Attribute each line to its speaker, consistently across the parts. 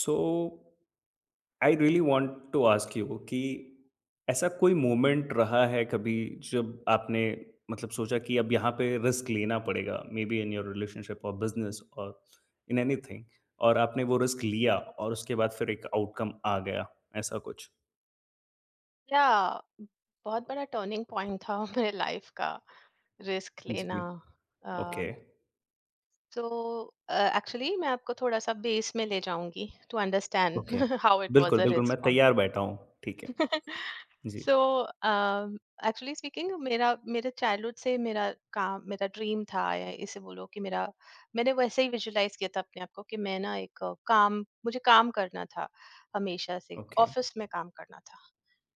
Speaker 1: So I really want to ask you कि ऐसा कोई मोमेंट रहा है कभी जब आपने मतलब सोचा कि अब यहाँ पे रिस्क लेना पड़ेगा, maybe in your relationship और बिजनेस और इन एनीथिंग, और आपने वो रिस्क लिया और उसके बाद फिर एक आउटकम आ गया, ऐसा कुछ।
Speaker 2: या, बहुत बड़ा टर्निंग पॉइंट था मेरे लाइफ का. रिस्क लेना.
Speaker 1: जी। ओके।
Speaker 2: सो एक्चुअली मैं आपको थोड़ा सा बेस में ले जाऊंगी to understand
Speaker 1: okay.
Speaker 2: How it
Speaker 1: बिल्कुल
Speaker 2: वाज अ
Speaker 1: बिल्कुल,
Speaker 2: रिस्क
Speaker 1: मैं
Speaker 2: फॉर मी.
Speaker 1: तैयार बैठा हूँ। ठीक है। जी।
Speaker 2: सो एक्चुअली स्पीकिंग मेरा मेरे चाइल्डहुड से मेरा काम मेरा ड्रीम था, या इसे बोलो कि मेरा मैंने वैसे ही विजुलाइज किया था अपने आप को कि मैं ना एक काम मुझे काम करना था हमेशा से.
Speaker 1: ओके।
Speaker 2: ऑफिस में काम करना था.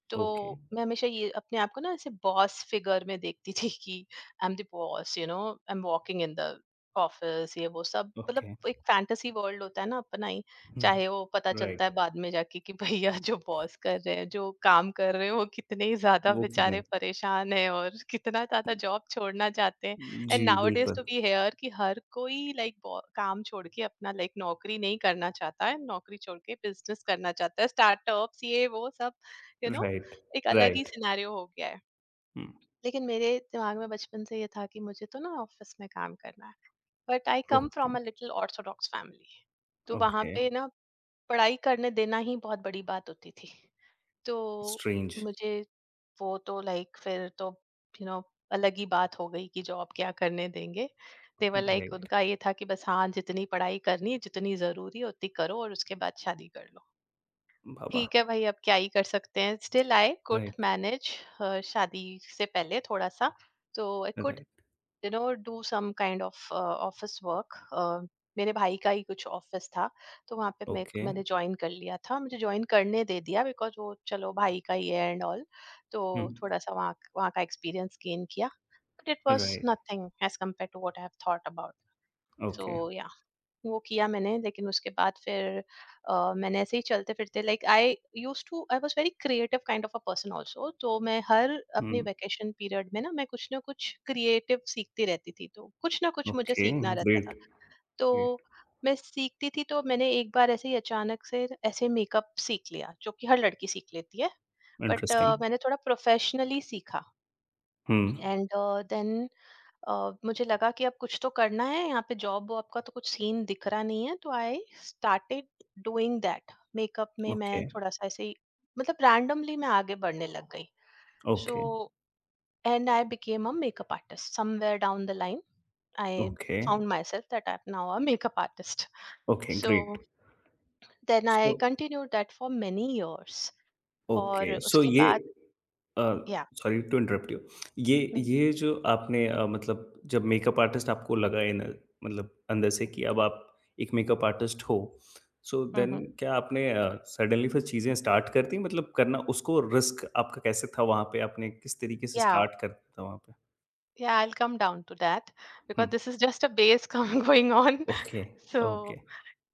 Speaker 2: तो
Speaker 1: ओके।
Speaker 2: मैं हमेशा ये अपने आप को ना ऐसे बॉस फिगर में देखती थी कि I am the boss, you know, I am walking in the office ये वो सब, मतलब
Speaker 1: ओके।
Speaker 2: एक फैंटेसी वर्ल्ड होता है ना अपना ही. चाहे वो पता
Speaker 1: हम्म।
Speaker 2: चलता
Speaker 1: राइट।
Speaker 2: है बाद में जाके कि भैया जो बॉस कर रहे हैं, जो काम कर रहे हैं, वो कितने ही ज्यादा
Speaker 1: वो क्यों
Speaker 2: बेचारे
Speaker 1: नहीं।
Speaker 2: परेशान हैं और कितना ज्यादा जॉब छोड़ना चाहते हैं.
Speaker 1: जी
Speaker 2: एंड नाउ डेज
Speaker 1: बिल्कुल।
Speaker 2: टू बी हेयर कि हर कोई लाइक काम छोड़ के अपना लाइक नौकरी नहीं करना चाहता है, नौकरी छोड़ के बिजनेस करना चाहता है, स्टार्टअप्स ये वो सब, यू नो,
Speaker 1: राइट।
Speaker 2: एक अलग ही
Speaker 1: राइट।
Speaker 2: सिनेरियो हो गया है. लेकिन मेरे दिमाग में बचपन से ये था कि मुझे तो ना ऑफिस में काम करना है. But I come from
Speaker 1: Okay,
Speaker 2: a little orthodox family, तो वहां
Speaker 1: okay.
Speaker 2: पे ना पढ़ाई करने देना ही बहुत बड़ी बात होती थी. तो
Speaker 1: Strange.
Speaker 2: मुझे वो तो लाइक फिर तो यू नो अलग ही बात हो गई कि जॉब क्या करने देंगे. देवर लाइक
Speaker 1: Right.
Speaker 2: उनका ये था कि बस हाँ, जितनी पढ़ाई करनी है, जितनी जरूरी है उतनी करो और उसके बाद शादी कर लो.
Speaker 1: Baba.
Speaker 2: ठीक है भाई, अब क्या ही कर सकते हैं. Still I could
Speaker 1: Right,
Speaker 2: manage शादी से पहले थोड़ा सा. तो I could,
Speaker 1: right.
Speaker 2: You know, do some kind of office work. मेरे भाई का ही कुछ ऑफिस था, तो वहाँ पे मैंने
Speaker 1: Okay.
Speaker 2: ज्वाइन कर लिया था, मुझे ज्वाइन करने दे दिया बिकॉज वो चलो भाई का ही है एंड ऑल. तो
Speaker 1: Hmm.
Speaker 2: थोड़ा सा वहाँ वहाँ का एक्सपीरियंस गेन किया, but it was
Speaker 1: Right.
Speaker 2: Nothing as compare to what I have thought about. So
Speaker 1: Okay.
Speaker 2: वो किया मैंने, लेकिन उसके बाद फिर मैंने ऐसे ही चलते-फिरते like I used to I was very creative kind of a person also, तो मैं हर अपने
Speaker 1: Hmm.
Speaker 2: वैकेशन पीरियड में ना मैं कुछ ना कुछ क्रिएटिव सीखती रहती थी, तो कुछ ना कुछ मुझे सीखना
Speaker 1: Okay.
Speaker 2: रहता
Speaker 1: Great.
Speaker 2: था. तो
Speaker 1: Great.
Speaker 2: मैं सीखती थी, तो मैंने एक बार ऐसे ही अचानक से ऐसे मेकअप सीख लिया, जो कि हर लड़की सीख लेती है. But
Speaker 1: Interesting.
Speaker 2: मैंने थोड़ा प्रोफेशनली सीखा
Speaker 1: Hmm.
Speaker 2: एंड देन अ, मुझे लगा कि अब कुछ तो करना है, यहाँ पे जॉब वॉब का तो कुछ सीन दिख रहा नहीं है. तो I started doing that makeup में, मैं
Speaker 1: Okay.
Speaker 2: थोड़ा सा ऐसे ही, मतलब रैंडमली मैं आगे बढ़ने लग गई. So
Speaker 1: Okay.
Speaker 2: And I became a makeup artist somewhere down the line. I
Speaker 1: Okay.
Speaker 2: Found myself that I now a makeup artist.
Speaker 1: Okay.
Speaker 2: So
Speaker 1: Great.
Speaker 2: Then I
Speaker 1: So
Speaker 2: continue that for many years और
Speaker 1: okay. So
Speaker 2: उसके
Speaker 1: yeah.
Speaker 2: बाद. या
Speaker 1: sorry to interrupt you. ये
Speaker 2: नहीं
Speaker 1: ये जो आपने मतलब जब मेकअप आर्टिस्ट आपको लगा इन, मतलब अंदर से कि अब आप एक मेकअप आर्टिस्ट हो, सो देन क्या आपने सडनली फिर चीज़ें स्टार्ट कर दी? मतलब करना उसको रिस्क आपका कैसे था वहाँ पे? आपने किस तरीके से
Speaker 2: या
Speaker 1: स्टार्ट कर दिया था वहाँ पे?
Speaker 2: Yeah, I'll come down to that
Speaker 1: हुँ।
Speaker 2: because this is just a base come going on.
Speaker 1: Okay. Okay.
Speaker 2: So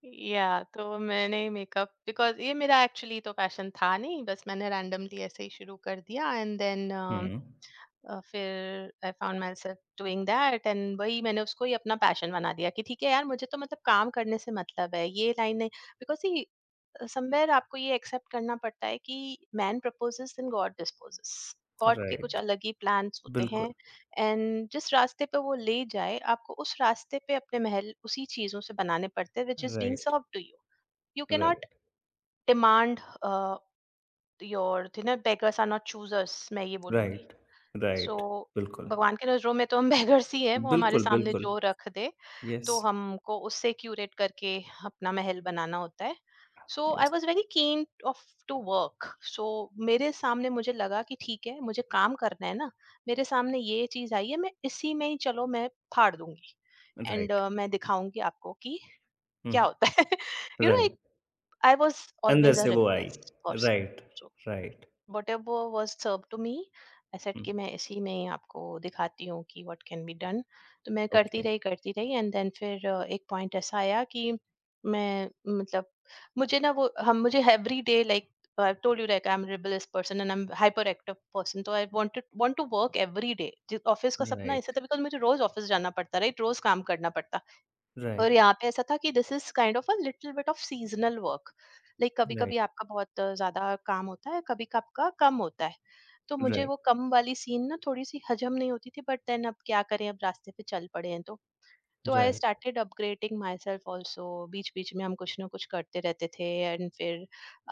Speaker 2: yeah, तो मैंने मेकअप because ये मेरा एक्चुअली तो पैशन था नहीं, बस मैंने रैंडमली ऐसे ही शुरू कर दिया एंड देन
Speaker 1: हुँ।
Speaker 2: फिर I found myself doing that and वही मैंने उसको ही अपना पैशन बना दिया कि ठीक है यार, मुझे तो मतलब काम करने से मतलब है, ये लाइन नहीं, बिकॉज समवेयर आपको ये एक्सेप्ट करना पड़ता है कि man proposes and God disposes. God के कुछ
Speaker 1: राइट।
Speaker 2: अलग ही प्लान्स होते हैं,
Speaker 1: बिल्कुल।
Speaker 2: एंड जिस रास्ते पे वो ले जाए आपको, उस रास्ते पे अपने महल उसी चीजों से बनाने पड़ते हैं which is being
Speaker 1: right.
Speaker 2: Serve to you. You can
Speaker 1: right.
Speaker 2: Not demand your, you know, beggars are not choosers, मैं ये बोलूंगी.
Speaker 1: राइट।
Speaker 2: So
Speaker 1: right. बिल्कुल,
Speaker 2: भगवान की नज़रों में तो हम बेगर्स ही हैं, वो हमारे
Speaker 1: बिल्कुल,
Speaker 2: सामने
Speaker 1: बिल्कुल।
Speaker 2: जो रख दे,
Speaker 1: यस।
Speaker 2: तो हमको उससे क्यूरेट करके अपना महल बनाना होता है. So I
Speaker 1: yes.
Speaker 2: Was very keen of to work. सो मेरे सामने मुझे लगा कि ठीक है, मुझे काम करना है ना, मेरे सामने ये चीज़ आई है, मैं इसी में ही चलो मैं फाड़ दूँगी एंड
Speaker 1: राइट।
Speaker 2: मैं दिखाऊँगी आपको कि क्या
Speaker 1: हुँ।
Speaker 2: होता है. You know
Speaker 1: right.
Speaker 2: एक, आई वॉज़
Speaker 1: अंदर
Speaker 2: ऑलवेज़ अ
Speaker 1: से वो I.
Speaker 2: Rebellious person.
Speaker 1: Right.
Speaker 2: So
Speaker 1: right.
Speaker 2: whatever was served to me, I said
Speaker 1: हुँ।
Speaker 2: कि मैं इसी में ही आपको दिखाती हूँ कि व्हाट कैन बी डन. तो मैं करती
Speaker 1: ओके।
Speaker 2: रही करती रही एंड देन फिर एक पॉइंट ऐसा आया कि मैं मतलब मुझे ना वो हम मुझे every day like I told you like I am rebellious person and I am hyperactive person, तो I want to work every day. Office का सपना ऐसा
Speaker 1: राइट।
Speaker 2: था बिकॉज मुझे रोज ऑफिस जाना पड़ता, राइट, रोज काम करना पड़ता. और
Speaker 1: राइट।
Speaker 2: यहाँ पे ऐसा था कि this is kind of a little bit of seasonal work. Like कभी
Speaker 1: राइट।
Speaker 2: कभी आपका बहुत ज्यादा काम होता है, कभी का आपका कम होता है. तो मुझे
Speaker 1: राइट।
Speaker 2: वो कम वाली सीन ना थोड़ी सी हजम नहीं होती थी, बट देन अब क्या करें, अब रास्ते पे चल पड़े हैं तो I
Speaker 1: right.
Speaker 2: Started upgrading myself also. बीच बीच में हम कुछ ना कुछ करते रहते थे एंड फिर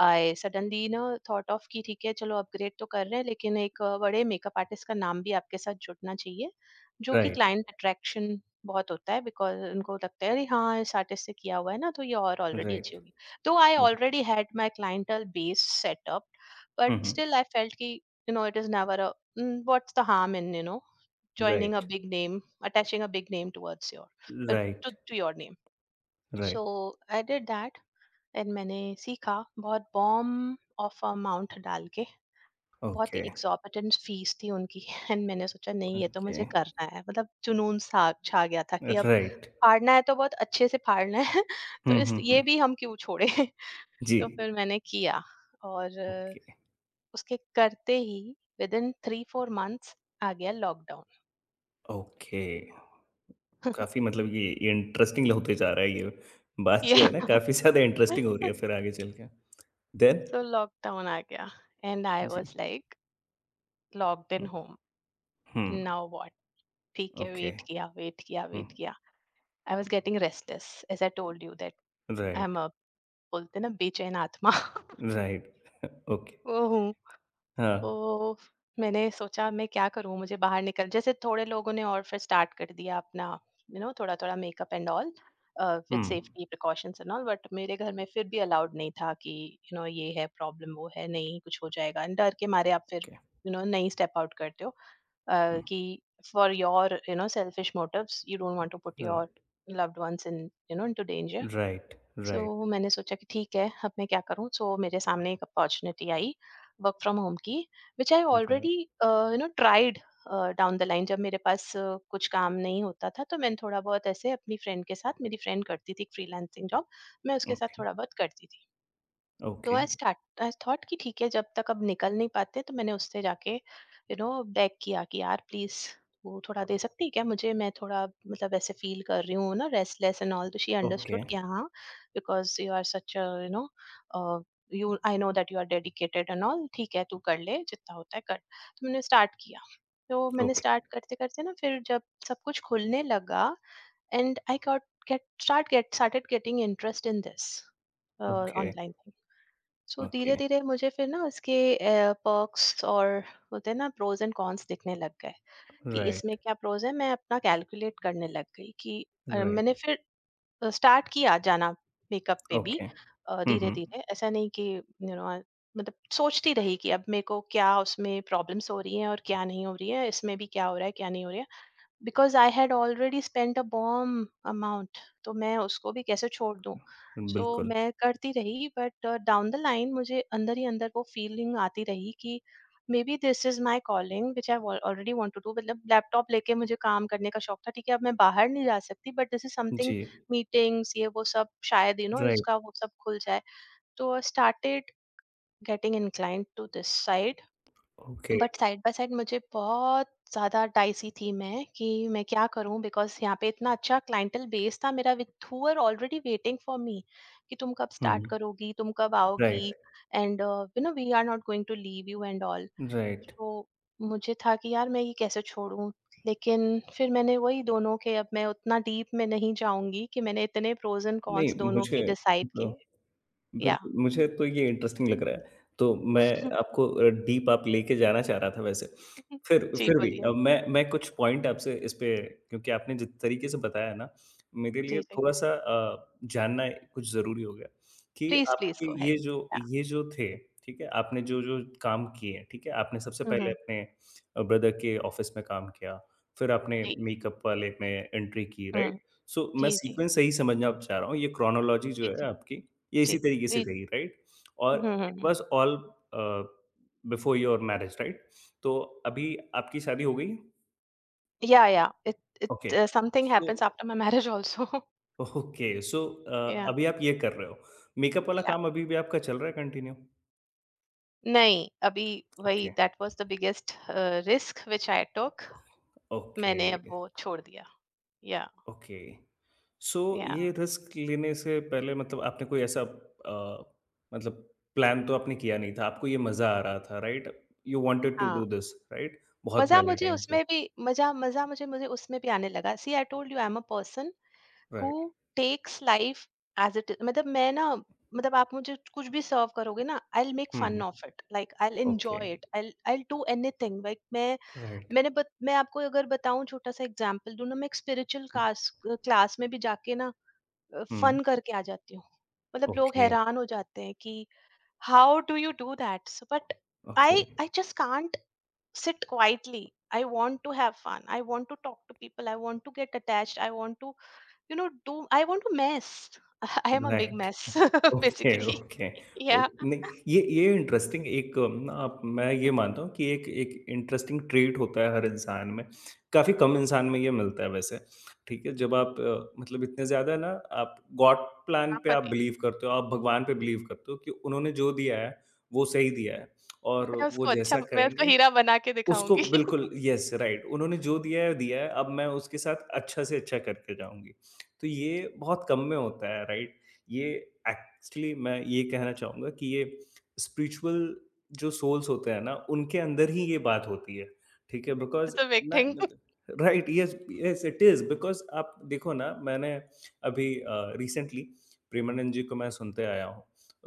Speaker 2: आई सडनली ना थॉट ऑफ कि ठीक है चलो अपग्रेड तो कर रहे हैं, लेकिन एक बड़े मेकअप आर्टिस्ट का नाम भी आपके साथ जुड़ना चाहिए, जो कि
Speaker 1: राइट।
Speaker 2: क्लाइंट अट्रैक्शन बहुत होता है, बिकॉज उनको लगता है अरे हाँ, इस आर्टिस्ट से किया हुआ है ना, तो ये और ऑलरेडी अच्छी
Speaker 1: राइट।
Speaker 2: होगी. तो I already had my clientele base setup, but
Speaker 1: hmm, hmm, hmm.
Speaker 2: Still I felt कि, you know, it is never, what's the harm in, you know, joining a
Speaker 1: right.
Speaker 2: big name, attaching a big name towards your uh, to
Speaker 1: right.
Speaker 2: to your name. So
Speaker 1: right.
Speaker 2: i did that. And मैंने सीखा बहुत bomb of amount डाल के. बहुत ही
Speaker 1: okay.
Speaker 2: Exorbitant fees थी उनकी. And मैंने सोचा नहीं, ये तो
Speaker 1: ओके।
Speaker 2: मुझे करना है, मतलब जुनून सा छा गया था कि अब
Speaker 1: राइट।
Speaker 2: फाड़ना है तो बहुत अच्छे से फाड़ना है. तो
Speaker 1: हुँ,
Speaker 2: इस
Speaker 1: हुँ,
Speaker 2: ये
Speaker 1: हुँ।
Speaker 2: भी हम क्यों छोड़े.
Speaker 1: जी।
Speaker 2: तो फिर मैंने किया और
Speaker 1: ओके।
Speaker 2: उसके करते ही within three four months आ गया लॉकडाउन.
Speaker 1: ओके। काफ़ी मतलब ये इंटरेस्टिंग होते जा रहा है, ये बात जो है ना
Speaker 2: या
Speaker 1: काफ़ी ज़्यादा इंटरेस्टिंग हो रही है फिर आगे चल के। देन?
Speaker 2: सो लॉकडाउन आ गया एंड आई
Speaker 1: जी।
Speaker 2: Was like locked
Speaker 1: hmm,
Speaker 2: in home.
Speaker 1: Hmm,
Speaker 2: now what. ठीक है
Speaker 1: ओके। हुँ।
Speaker 2: वेट किया. I was getting restless as I told you that I
Speaker 1: right,
Speaker 2: am a, बोलते ना, बेचैन आत्मा
Speaker 1: राइट। ओके।
Speaker 2: वो हूँ.
Speaker 1: हाँ।
Speaker 2: तो मैंने सोचा मैं क्या करूँ, मुझे बाहर निकल जैसे थोड़े लोगों ने, और फिर स्टार्ट कर दिया अपना, यू नो, थोड़ा थोड़ा makeup and all with
Speaker 1: hmm.
Speaker 2: Safety precautions and all. But मेरे घर में फिर भी अलाउड नहीं था कि, यू नो, ये है प्रॉब्लम वो है, नहीं कुछ हो जाएगा, डर के मारे आप फिर,
Speaker 1: Okay.
Speaker 2: यू नो, नहीं स्टेप आउट करते हो.
Speaker 1: Mm.
Speaker 2: Ki for your you know selfish motives you don't want to put your
Speaker 1: Right.
Speaker 2: loved ones in you know into danger.
Speaker 1: Right.
Speaker 2: So
Speaker 1: Right.
Speaker 2: so, मैंने सोचा कि ठीक है अब मैं क्या करूं. So, मेरे सामने एक अपॉर्चुनिटी आई वर्क फ्रॉम होम की which I
Speaker 1: Right.
Speaker 2: Already, you know, tried down the line जब मेरे पास कुछ काम नहीं होता था, तो मैंने थोड़ा बहुत ऐसे अपनी फ्रेंड के साथ, मेरी फ्रेंड करती थी फ्रीलांसिंग जॉब, मैं उसके साथ
Speaker 1: Okay.
Speaker 2: थोड़ा बहुत करती थी. तो
Speaker 1: Okay.
Speaker 2: आई थॉट कि ठीक है जब तक अब निकल नहीं पाते तो मैंने उससे जाके, यू नो, बैक किया कि यार प्लीज, वो थोड़ा दे सकती है क्या मुझे, मैं थोड़ा मतलब ऐसे फील कर रही हूँ ना रेस्टलेस एंड ऑल. तो शी अंडरस्टूड
Speaker 1: Okay.
Speaker 2: कि हाँ, because you are such, you know, you, I know that you are dedicated and all, ठीक है तू कर ले जितना होता है कर. तो मैंने स्टार्ट किया. तो मैंने
Speaker 1: Okay.
Speaker 2: स्टार्ट करते करते ना फिर जब सब कुछ खुलने लगा, and I got get start get started getting interest in this
Speaker 1: Okay.
Speaker 2: Online. So धीरे
Speaker 1: Okay.
Speaker 2: धीरे मुझे फिर ना उसके पर्क्स और होते हैं ना, प्रोज एंड कॉन्स दिखने लग गए कि इसमें
Speaker 1: Right.
Speaker 2: क्या प्रोज है, मैं अपना कैलकुलेट करने लग गई कि मैंने
Speaker 1: Right.
Speaker 2: फिर स्टार्ट किया जाना मेकअप पे भी.
Speaker 1: Okay.
Speaker 2: धीरे
Speaker 1: हम्म।
Speaker 2: धीरे, ऐसा नहीं कि, यू नो, मतलब सोचती रही कि अब मेरे को क्या उसमें प्रॉब्लम्स हो रही हैं और क्या नहीं हो रही है, इसमें भी क्या हो रहा है क्या नहीं हो रहा है, because I had already spent a bomb amount, तो मैं उसको भी कैसे छोड़ दूँ. सो
Speaker 1: बिल्कुल।
Speaker 2: मैं करती रही, बट डाउन द लाइन मुझे अंदर ही अंदर वो फीलिंग आती रही कि maybe this is my calling which I already want to do, मतलब लैपटॉप लेके मुझे काम करने का शौक था, ठीक है अब मैं बाहर नहीं जा सकती बट दिस इज
Speaker 1: जी।
Speaker 2: समथिंग, मीटिंग्स ये वो सब शायद, यू नो,
Speaker 1: राइट।
Speaker 2: इसका वो सब खुल जाए. तो I started getting inclined to this side,
Speaker 1: okay.
Speaker 2: But side by side मुझे बहुत ज़्यादा डाइसी थी मैं कि मैं क्या करूं बिकॉज यहाँ पे इतना अच्छा क्लाइंटल बेस था मेरा, with who are already waiting for me कि तुम कब स्टार्ट
Speaker 1: हम्म।
Speaker 2: करोगी, तुम कब आओगी.
Speaker 1: Right.
Speaker 2: And you know, we are not going to leave you and all.
Speaker 1: Right.
Speaker 2: तो मुझे था कि यार मैं ये कैसे छोड़ूं. लेकिन फिर मैंने वही दोनों के, अब मैं उतना डीप में नहीं जाऊंगी, कि मैंने इतने प्रोज एंड
Speaker 1: नहीं
Speaker 2: कॉन्स दोनों
Speaker 1: मुझे
Speaker 2: के डिसाइड
Speaker 1: तो,
Speaker 2: किए. या.
Speaker 1: बिल्कुल, मुझे तो ये इंटरेस्टिंग लग रहा है। तो मैं आपको डीप आप लेके जाना चाह रहा था वैसे। फिर
Speaker 2: जी
Speaker 1: फिर भी
Speaker 2: बोलिए.
Speaker 1: मैं कुछ पॉइंट आपसे इस पे, क्योंकि आपने जिस तरीके से बताया ना, मेरे
Speaker 2: जी
Speaker 1: लिए
Speaker 2: जी,
Speaker 1: थोड़ा-सा जानना कुछ ज़रूरी हो गया कि
Speaker 2: प्लीज प्लीज
Speaker 1: आपके
Speaker 2: गो अहेड.
Speaker 1: ये जो
Speaker 2: या.
Speaker 1: थे, ठीक है? आपने जो-जो काम किए, ठीक है? आपने सबसे
Speaker 2: हम्म
Speaker 1: पहले
Speaker 2: हम्म,
Speaker 1: अपने ब्रदर के ऑफ़िस में काम किया, फिर आपने
Speaker 2: जी.
Speaker 1: मेकअप वाले में एंट्री की, राइट?
Speaker 2: हम्म.
Speaker 1: सो मैं
Speaker 2: जी जी
Speaker 1: सीक्वेंस सही समझना चाह रहा हूँ, ये क्रोनोलॉजी जो
Speaker 2: जी
Speaker 1: है
Speaker 2: जी
Speaker 1: आपकी ये इसी तरीके से
Speaker 2: जी.
Speaker 1: रही, राइट? और it
Speaker 2: hmm.
Speaker 1: Was all uh, before your marriage, right? तो अभी आपकी शादी हो गई?
Speaker 2: Yeah, it
Speaker 1: okay,
Speaker 2: it something
Speaker 1: so
Speaker 2: हappens आफ्टर मेरे marriage also.
Speaker 1: Okay, so
Speaker 2: yeah.
Speaker 1: अभी आप ये कर रहे हो। मेकअप वाला काम अभी भी आपका चल रहा है कंटिन्यू?
Speaker 2: नहीं, अभी वही
Speaker 1: okay.
Speaker 2: That was the biggest risk which I talk.
Speaker 1: Okay.
Speaker 2: मैंने अब वो छोड़ दिया. या
Speaker 1: ओके। सो
Speaker 2: या.
Speaker 1: ये रिस्क लेने से पहले मतलब आपने कोई ऐसा मतलब प्लान तो आपने किया नहीं था, आपको ये मज़ा आ रहा था, राइट? यू वांटेड टू
Speaker 2: हाँ,
Speaker 1: डू दिस, राइट? बहुत
Speaker 2: मज़ा
Speaker 1: पहले
Speaker 2: मुझे
Speaker 1: टाइम से,
Speaker 2: उसमें भी, मज़ा मज़ा मुझे मुझे उसमें भी आने लगा, see I told you, I am a person who
Speaker 1: right.
Speaker 2: Takes life. आज इट, मतलब.
Speaker 1: हुँ, हुँ। Okay,
Speaker 2: um
Speaker 1: right.
Speaker 2: मैं आपको अगर बताऊं, छोटा सा एग्जांपल दूं ना. मैं एक स्पिरिचुअल
Speaker 1: हुँ,
Speaker 2: क्लास क्लास में भी जाके ना
Speaker 1: हुँ,
Speaker 2: फन करके आ जाती हूँ. मतलब लोग
Speaker 1: ओके,
Speaker 2: हैरान हो जाते हैं कि how do you do that, but
Speaker 1: okay,
Speaker 2: I I just can't sit quietly. I want to have fun, I want to talk to people, I want to get attached, I want to, you know, do. I want to mess. I am a big
Speaker 1: right.
Speaker 2: Mess
Speaker 1: okay,
Speaker 2: basically.
Speaker 1: Okay, okay
Speaker 2: yeah.
Speaker 1: नहीं, ये interesting एक ना आप, मैं ये मानता हूँ कि एक एक इंटरेस्टिंग ट्रेट होता है हर इंसान में। काफ़ी कम इंसान में ये मिलता है वैसे, ठीक है? जब आप मतलब इतने ज़्यादा ना आप गॉड प्लान पे आप
Speaker 2: आपत्ति.
Speaker 1: बिलीव करते हो, आप भगवान पे बिलीव करते हो कि उन्होंने जो दिया है, वो सही दिया है और
Speaker 2: मैं
Speaker 1: वो
Speaker 2: उसको, अच्छा,
Speaker 1: जैसा
Speaker 2: मैं उसको
Speaker 1: करेंगे
Speaker 2: हीरा बना के
Speaker 1: उसको
Speaker 2: दिखाऊंगी.
Speaker 1: बिल्कुल, यस, राइट, उन्होंने जो दिया है दिया है, अब मैं उसके साथ अच्छा से अच्छा करके जाऊँगी। तो ये बहुत कम में होता है राइट? ये एक्चुअली, मैं ये कहना चाहूँगा कि ये स्पिरिचुअल जो सोल्स होते हैं ना उनके अंदर ही ये बात होती है। ठीक है? बिकॉज़
Speaker 2: दैट्स अ बिग
Speaker 1: ना
Speaker 2: थिंग.
Speaker 1: मतलब right, yes yes, it is because आप देखो ना, मैंने अभी रिसेंटली प्रेमानंद जी को मैं सुनते आया हूँ,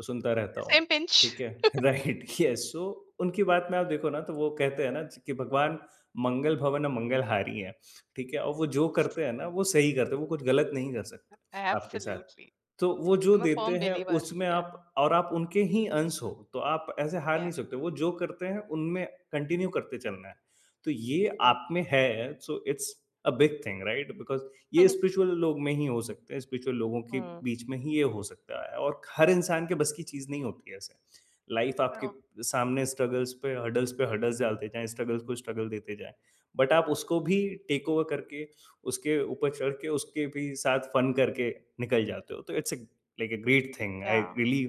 Speaker 1: सुनता रहता हूँ।
Speaker 2: Same pinch.
Speaker 1: ठीक है। राइट, यस, सो उनकी बात में आप देखो ना, तो वो कहते हैं ना कि भगवान मंगल भवन मंगलहारी हैं। ठीक है? और वो जो करते हैं ना वो सही करते हैं, वो कुछ गलत नहीं कर सकते आपके साथ।
Speaker 2: Absolutely.
Speaker 1: तो वो जो
Speaker 2: I'm a
Speaker 1: देते
Speaker 2: firm
Speaker 1: हैं
Speaker 2: believer.
Speaker 1: उसमें
Speaker 2: Yeah.
Speaker 1: आप, और आप उनके ही अंश हो, तो आप ऐसे हार नहीं
Speaker 2: Yeah.
Speaker 1: सकते। वो जो करते हैं उनमें कंटिन्यू करते चलना है। तो ये
Speaker 2: Mm.
Speaker 1: आप में है, so it's a big thing, right? Because ये स्पिरिचुअल लोग में ही हो सकते हैं, स्पिरिचुअल लोगों के
Speaker 2: Mm.
Speaker 1: बीच में ही ये हो सकता है और हर इंसान के बस की चीज़ नहीं होती है ऐसे। लाइफ आपके
Speaker 2: Oh.
Speaker 1: सामने स्ट्रगल्स पे हर्डल्स डालते जाएँ, स्ट्रगल्स को स्ट्रगल देते जाएँ। बट आप उसको भी टेक ओवर करके, उसके ऊपर चढ़ के, उसके भी साथ फन करके निकल जाते हो। तो it's a like a great thing. I
Speaker 2: Yeah.
Speaker 1: Really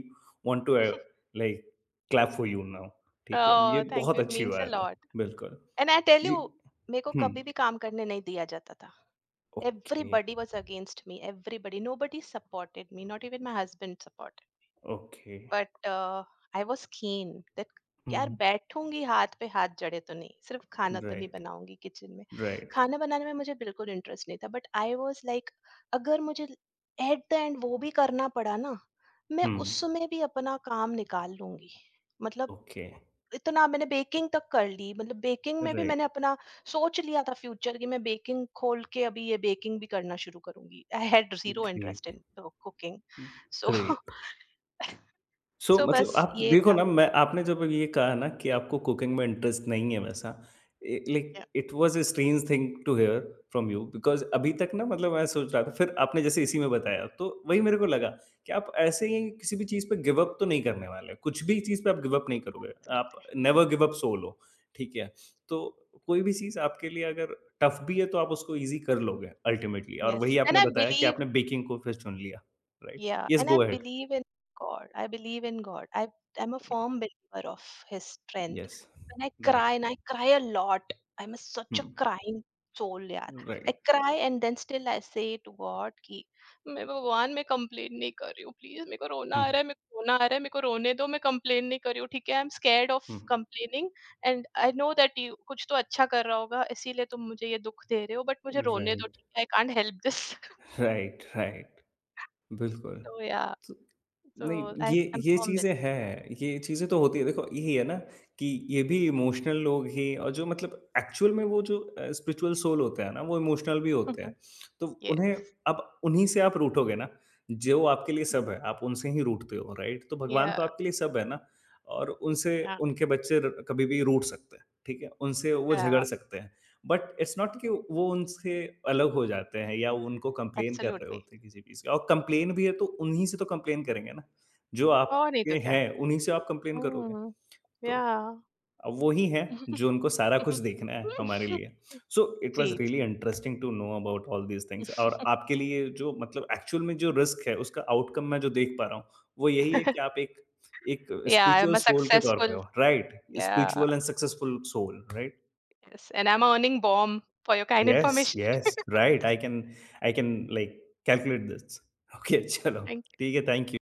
Speaker 1: want to like clap for you now. ठीक है? ये
Speaker 2: Oh, thank
Speaker 1: बहुत
Speaker 2: you. It
Speaker 1: अच्छी
Speaker 2: means a
Speaker 1: बात है।
Speaker 2: lot.
Speaker 1: बिल्कुल।
Speaker 2: And I tell
Speaker 1: ji.
Speaker 2: you, मेरे को
Speaker 1: हुँ।
Speaker 2: कभी भी काम करने नहीं दिया जाता था.
Speaker 1: Okay,
Speaker 2: Everybody was against me. Everybody. Nobody supported me. Not even my husband supported.
Speaker 1: Okay.
Speaker 2: But I was keen that, यार
Speaker 1: हुँ,
Speaker 2: बैठूंगी हाथ पे हाथ जड़े तो नहीं, सिर्फ खाना तो नहीं
Speaker 1: राइट,
Speaker 2: बनाऊंगी किचन में.
Speaker 1: राइट।
Speaker 2: खाना बनाने में मुझे बिल्कुल इंटरेस्ट नहीं था, बट आई वाज लाइक, अगर मुझे एट द एंड वो भी करना पड़ा ना, मैं
Speaker 1: हुँ,
Speaker 2: उस समय भी अपना काम निकाल लूंगी. मतलब
Speaker 1: ओके,
Speaker 2: इतना मैंने बेकिंग तक कर ली. मतलब बेकिंग में भी
Speaker 1: राइट।
Speaker 2: मैंने अपना सोच लिया था फ्यूचर, कि मैं बेकिंग खोल के अभी ये बेकिंग भी करना शुरू करूंगी. I had zero interest
Speaker 1: great,
Speaker 2: in cooking. So.
Speaker 1: Great. So
Speaker 2: so,
Speaker 1: मतलब
Speaker 2: बस
Speaker 1: आप
Speaker 2: ये
Speaker 1: देखो
Speaker 2: था.
Speaker 1: ना, मैं आपने जब ये कहा ना कि आपको कुकिंग में इंटरेस्ट नहीं है वैसा, uh,
Speaker 2: Yeah,
Speaker 1: like it was a strange thing to hear from you, because अभी तक ना मतलब मैं सोच रहा था, फिर आपने जैसे इसी में बताया तो वही मेरे को लगा कि आप ऐसे ही किसी भी चीज़ पे गिव अप तो नहीं करने वाले, कुछ भी चीज़ पे आप गिव अप नहीं करोगे, आप
Speaker 2: absolutely.
Speaker 1: Never give up soul हो, ठीक है? तो कोई भी चीज़ आपके लिए अगर टफ भी है तो आप उसको ईज़ी कर लोगे अल्टीमेटली, और वही
Speaker 2: Yes, and
Speaker 1: आपने
Speaker 2: I
Speaker 1: बताया कि
Speaker 2: believe.
Speaker 1: आपने बेकिंग को फिर चुन लिया, right?
Speaker 2: Yeah,
Speaker 1: yes,
Speaker 2: and I
Speaker 1: go ahead.
Speaker 2: believe in God. I believe in God. I'm a firm believer of His strength.
Speaker 1: Yes.
Speaker 2: When I
Speaker 1: Right.
Speaker 2: cry, and I cry a lot, I'm a, such a
Speaker 1: Hmm.
Speaker 2: crying soul, yeah. I
Speaker 1: Right.
Speaker 2: cry and then still I say to God कि मैं, भगवान, मैं complain नहीं कर रही हूँ, please. मेरे को रोना आ रहा
Speaker 1: Hmm.
Speaker 2: है, मेरे को रोना आ रहा है, मेरे को रोने दो. मैं कंप्लेन नहीं कर रही हूँ, ठीक है. I am scared of
Speaker 1: Hmm.
Speaker 2: Complaining. And I know that you कुछ तो अच्छा कर रहा होगा, इसीलिए तुम मुझे ये दुख दे रहे हो, बट मुझे रोने
Speaker 1: Right.
Speaker 2: दो, ठीक है. I can't help this.
Speaker 1: Right. Right. बिल्कुल।
Speaker 2: तो या.
Speaker 1: तो
Speaker 2: So
Speaker 1: नहीं,
Speaker 2: I
Speaker 1: ये
Speaker 2: I'm
Speaker 1: ये
Speaker 2: familiar.
Speaker 1: चीज़ें हैं, ये चीज़ें तो होती हैं। देखो यही है ना कि ये भी इमोशनल लोग ही, और जो मतलब एक्चुअल में वो जो स्पिरिचुअल सोल होते हैं ना, वो इमोशनल भी होते
Speaker 2: Mhm.
Speaker 1: हैं। तो उन्हें,
Speaker 2: Yes.
Speaker 1: अब उन्हीं से आप रूठोगे ना, जो आपके लिए सब है, आप उनसे ही रूठते हो, राइट? तो भगवान
Speaker 2: Yeah,
Speaker 1: तो आपके लिए सब है ना, और उनसे
Speaker 2: yeah,
Speaker 1: उनके बच्चे र कभी भी रूठ सकते हैं, ठीक है? उनसे वो झगड़
Speaker 2: yeah.
Speaker 1: सकते हैं। बट इट्स नॉट कि
Speaker 2: Mhm.
Speaker 1: वो उनसे अलग हो जाते हैं या वो उनको कंप्लेन कर रहे
Speaker 2: Absolutely.
Speaker 1: होते हैं किसी चीज़ का, और कंप्लेन भी है तो उन्हीं से तो कंप्लेन करेंगे ना, जो
Speaker 2: Oh, नहीं तो
Speaker 1: आपके
Speaker 2: क्या?
Speaker 1: हैं उन्हीं से आप कंप्लेन करोगे।
Speaker 2: हुँ,
Speaker 1: तो
Speaker 2: yeah.
Speaker 1: अब वो ही हैं जो उनको सारा कुछ देखना है हमारे लिए। सो इट
Speaker 2: जी,
Speaker 1: वाज़
Speaker 2: जी.
Speaker 1: Really interesting to know about all these things, और आपके लिए जो मतलब एक्चुअल में जो रिस्क है उसका आउटकम मैं जो देख पा रहा हूँ, वो यही है कि आप एक एक
Speaker 2: Yeah,
Speaker 1: spiritual
Speaker 2: I'm a
Speaker 1: soul के तौर पे
Speaker 2: successful.
Speaker 1: हो, right?
Speaker 2: Yeah,
Speaker 1: spiritual and successful soul, right?
Speaker 2: yes, and I'm a earning bomb for your kind
Speaker 1: Yes,
Speaker 2: information.
Speaker 1: yes, right. I can like calculate this. Okay, चलो
Speaker 2: Thank
Speaker 1: ठीक है, thank you.